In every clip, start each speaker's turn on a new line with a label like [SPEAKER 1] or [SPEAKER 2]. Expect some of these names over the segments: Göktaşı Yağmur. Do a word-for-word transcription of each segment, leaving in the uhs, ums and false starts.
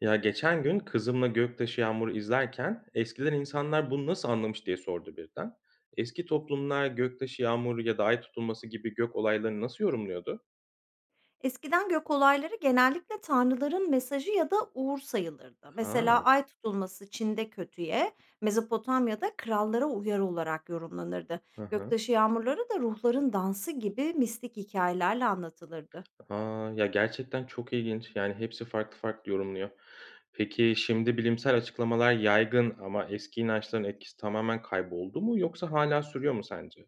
[SPEAKER 1] Ya geçen gün kızımla Göktaşı Yağmur'u izlerken eskiden insanlar bunu nasıl anlamış diye sordu birden. Eski toplumlar Göktaşı Yağmur'u ya da ay tutulması gibi gök olaylarını nasıl yorumluyordu?
[SPEAKER 2] Eskiden gök olayları genellikle tanrıların mesajı ya da uğur sayılırdı. Mesela
[SPEAKER 1] Ha,
[SPEAKER 2] ay tutulması Çin'de kötüye, Mezopotamya'da krallara uyarı olarak yorumlanırdı.
[SPEAKER 1] hı hı.
[SPEAKER 2] Göktaşı yağmurları da ruhların dansı gibi mistik hikayelerle anlatılırdı.
[SPEAKER 1] Aa, ya gerçekten çok ilginç. Yani hepsi farklı farklı yorumluyor. Peki şimdi bilimsel açıklamalar yaygın ama eski inançların etkisi tamamen kayboldu mu yoksa hala sürüyor mu sence?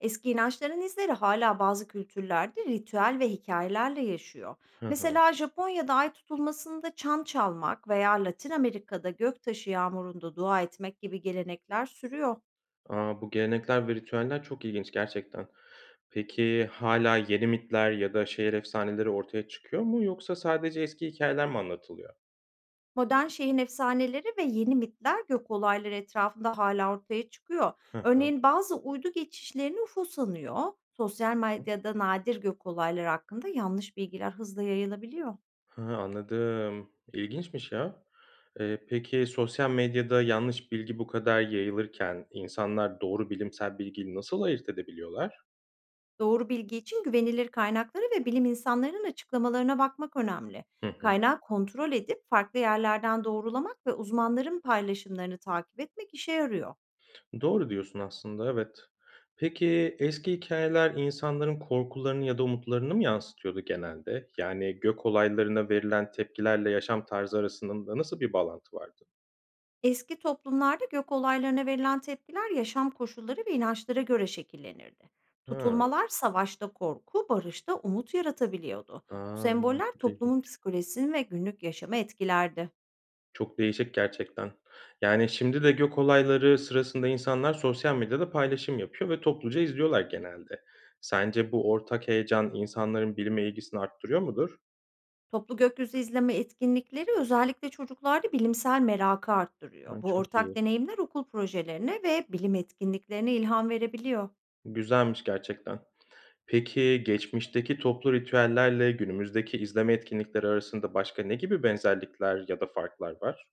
[SPEAKER 2] Eski inançların izleri hala bazı kültürlerde ritüel ve hikayelerle yaşıyor.
[SPEAKER 1] Hı hı.
[SPEAKER 2] Mesela Japonya'da ay tutulmasında çan çalmak veya Latin Amerika'da göktaşı yağmurunda dua etmek gibi gelenekler sürüyor.
[SPEAKER 1] A, bu gelenekler ve ritüeller çok ilginç gerçekten. Peki hala yeni mitler ya da şehir efsaneleri ortaya çıkıyor mu yoksa sadece eski hikayeler mi anlatılıyor?
[SPEAKER 2] Modern şehrin efsaneleri ve yeni mitler gök olayları etrafında hala ortaya çıkıyor.
[SPEAKER 1] Hı hı.
[SPEAKER 2] Örneğin bazı uydu geçişlerini U F O sanıyor. Sosyal
[SPEAKER 1] Hı.
[SPEAKER 2] medyada nadir gök olayları hakkında yanlış bilgiler hızla yayılabiliyor.
[SPEAKER 1] He, anladım. İlginçmiş ya. Eee, peki sosyal medyada yanlış bilgi bu kadar yayılırken insanlar doğru bilimsel bilgiyi nasıl ayırt edebiliyorlar?
[SPEAKER 2] Doğru bilgi için güvenilir kaynakları ve bilim insanlarının açıklamalarına bakmak önemli.
[SPEAKER 1] Hı hı.
[SPEAKER 2] Kaynağı kontrol edip farklı yerlerden doğrulamak ve uzmanların paylaşımlarını takip etmek işe yarıyor.
[SPEAKER 1] Doğru diyorsun aslında, evet. Peki, eski hikayeler insanların korkularını ya da umutlarını mı yansıtıyordu genelde? Yani gök olaylarına verilen tepkilerle yaşam tarzı arasında nasıl bir bağlantı vardı?
[SPEAKER 2] Eski toplumlarda gök olaylarına verilen tepkiler yaşam koşulları ve inançlara göre şekillenirdi.
[SPEAKER 1] Hıı.
[SPEAKER 2] Tutulmalar savaşta korku, barışta umut yaratabiliyordu.
[SPEAKER 1] A!
[SPEAKER 2] Bu semboller
[SPEAKER 1] Çok
[SPEAKER 2] toplumun
[SPEAKER 1] ilginç.
[SPEAKER 2] psikolojisini ve günlük yaşamı etkilerdi.
[SPEAKER 1] Çok değişik gerçekten. Yani, şimdi de gök olayları sırasında insanlar sosyal medyada paylaşım yapıyor ve topluca izliyorlar genelde. Sence bu ortak heyecan insanların bilime ilgisini arttırıyor mudur?
[SPEAKER 2] Toplu gökyüzü izleme etkinlikleri özellikle çocuklarda bilimsel merakı arttırıyor.
[SPEAKER 1] A,
[SPEAKER 2] Bu
[SPEAKER 1] çok
[SPEAKER 2] ortak
[SPEAKER 1] iyi.
[SPEAKER 2] deneyimler okul projelerine ve bilim etkinliklerine ilham verebiliyor.
[SPEAKER 1] Güzelmiş gerçekten. Peki, geçmişteki toplu ritüellerle günümüzdeki izleme etkinlikleri arasında başka ne gibi benzerlikler ya da farklar var?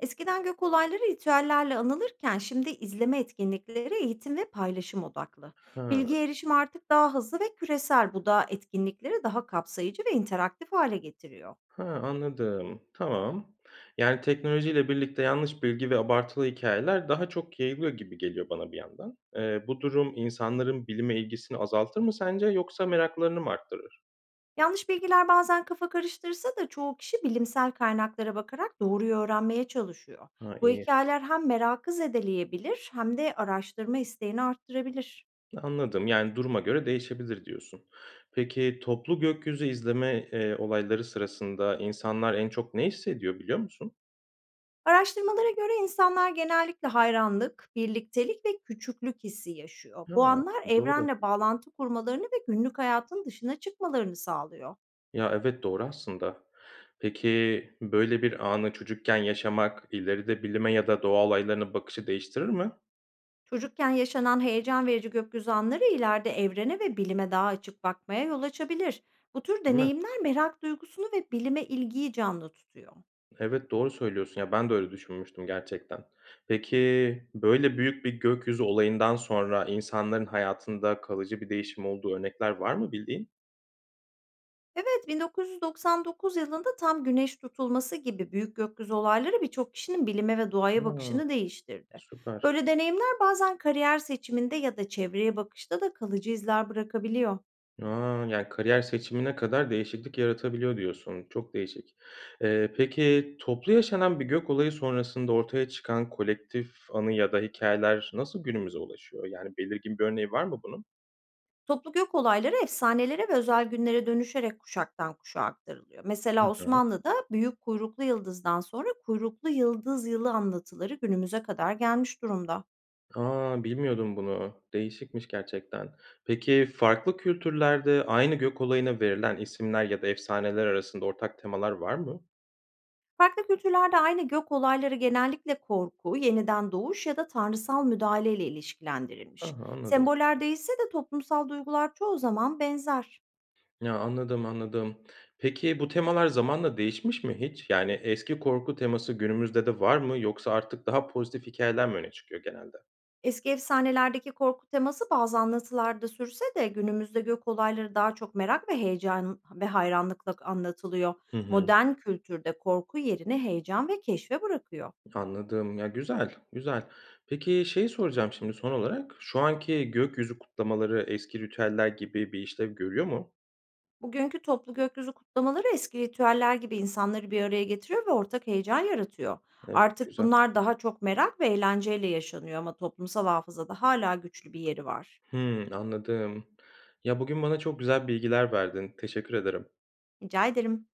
[SPEAKER 2] Eskiden gök olayları ritüellerle anılırken şimdi izleme etkinlikleri eğitim ve paylaşım odaklı.
[SPEAKER 1] Ha,
[SPEAKER 2] Bilgiye erişim artık daha hızlı ve küresel, bu da etkinlikleri daha kapsayıcı ve interaktif hale getiriyor.
[SPEAKER 1] ha, anladım. Tamam. Yani teknolojiyle birlikte yanlış bilgi ve abartılı hikayeler daha çok yayılıyor gibi geliyor bana bir yandan. Eee, bu durum insanların bilime ilgisini azaltır mı sence yoksa meraklarını mı arttırır?
[SPEAKER 2] Yanlış bilgiler bazen kafa karıştırsa da çoğu kişi bilimsel kaynaklara bakarak doğruyu öğrenmeye çalışıyor.
[SPEAKER 1] Ha,
[SPEAKER 2] Bu
[SPEAKER 1] iyi.
[SPEAKER 2] hikayeler hem merakı zedeleyebilir hem de araştırma isteğini arttırabilir.
[SPEAKER 1] Anladım. Yani duruma göre değişebilir diyorsun. Peki, toplu gökyüzü izleme, eee, olayları sırasında insanlar en çok ne hissediyor biliyor musun?
[SPEAKER 2] Araştırmalara göre insanlar genellikle hayranlık, birliktelik ve küçüklük hissi yaşıyor. Bu
[SPEAKER 1] Ha,
[SPEAKER 2] anlar
[SPEAKER 1] doğru.
[SPEAKER 2] evrenle bağlantı kurmalarını ve günlük hayatın dışına çıkmalarını sağlıyor.
[SPEAKER 1] Ya, evet, doğru aslında. Peki, böyle bir anı çocukken yaşamak ileride bilime ya da doğa olaylarına bakışı değiştirir mi?
[SPEAKER 2] Çocukken yaşanan heyecan verici gökyüzü anları ileride evrene ve bilime daha açık bakmaya yol açabilir. Bu tür
[SPEAKER 1] Değil mi?
[SPEAKER 2] deneyimler merak duygusunu ve bilime ilgiyi canlı tutuyor.
[SPEAKER 1] Evet, doğru söylüyorsun. Ya, ben de öyle düşünmüştüm gerçekten. Peki, böyle büyük bir gökyüzü olayından sonra insanların hayatında kalıcı bir değişim olduğu örnekler var mı bildiğin?
[SPEAKER 2] Evet, bin dokuz yüz doksan dokuz yılında tam güneş tutulması gibi büyük gökyüzü olayları birçok kişinin bilime ve doğaya
[SPEAKER 1] A,
[SPEAKER 2] bakışını değiştirdi.
[SPEAKER 1] süper.
[SPEAKER 2] Böyle deneyimler bazen kariyer seçiminde ya da çevreye bakışta da kalıcı izler bırakabiliyor.
[SPEAKER 1] A! Yani, kariyer seçimine kadar değişiklik yaratabiliyor diyorsun. Çok değişik. Eee, peki toplu yaşanan bir gök olayı sonrasında ortaya çıkan kolektif anı ya da hikayeler nasıl günümüze ulaşıyor? Yani, belirgin bir örneği var mı bunun?
[SPEAKER 2] Toplu gök olayları efsanelere ve özel günlere dönüşerek kuşaktan kuşağa aktarılıyor.
[SPEAKER 1] Hı
[SPEAKER 2] Mesela
[SPEAKER 1] hı.
[SPEAKER 2] Osmanlı'da büyük kuyruklu yıldızdan sonra kuyruklu yıldız yılı anlatıları günümüze kadar gelmiş durumda.
[SPEAKER 1] A! Bilmiyordum bunu. Değişikmiş gerçekten. Peki farklı kültürlerde aynı gök olayına verilen isimler ya da efsaneler arasında ortak temalar var mı?
[SPEAKER 2] Farklı kültürlerde aynı gök olayları genellikle korku, yeniden doğuş ya da tanrısal müdahale ile
[SPEAKER 1] Hı,
[SPEAKER 2] ilişkilendirilmiş.
[SPEAKER 1] anladım.
[SPEAKER 2] Semboller değişse de toplumsal duygular çoğu zaman benzer.
[SPEAKER 1] Ya, anladım, anladım. Peki bu temalar zamanla değişmiş mi hiç? Yani eski korku teması günümüzde de var mı yoksa artık daha pozitif hikayeler mi öne çıkıyor genelde?
[SPEAKER 2] Eski efsanelerdeki korku teması bazı anlatılarda sürse de günümüzde gök olayları daha çok merak ve heyecan ve hayranlıkla anlatılıyor.
[SPEAKER 1] Hı hı.
[SPEAKER 2] Modern kültürde korku yerini heyecan ve keşfe bırakıyor.
[SPEAKER 1] Anladım. Ya, güzel, güzel. Peki şeyi soracağım şimdi son olarak. Şu anki gökyüzü kutlamaları eski ritüeller gibi bir işlev görüyor mu?
[SPEAKER 2] Bugünkü toplu gökyüzü kutlamaları eski ritüeller gibi insanları bir araya getiriyor ve ortak heyecan yaratıyor.
[SPEAKER 1] Evet,
[SPEAKER 2] Artık
[SPEAKER 1] güzel.
[SPEAKER 2] bunlar daha çok merak ve eğlenceyle yaşanıyor ama toplumsal hafızada hala güçlü bir yeri var.
[SPEAKER 1] Hımm, anladım. Ya, bugün bana çok güzel bilgiler verdin. Teşekkür ederim.
[SPEAKER 2] Rica ederim.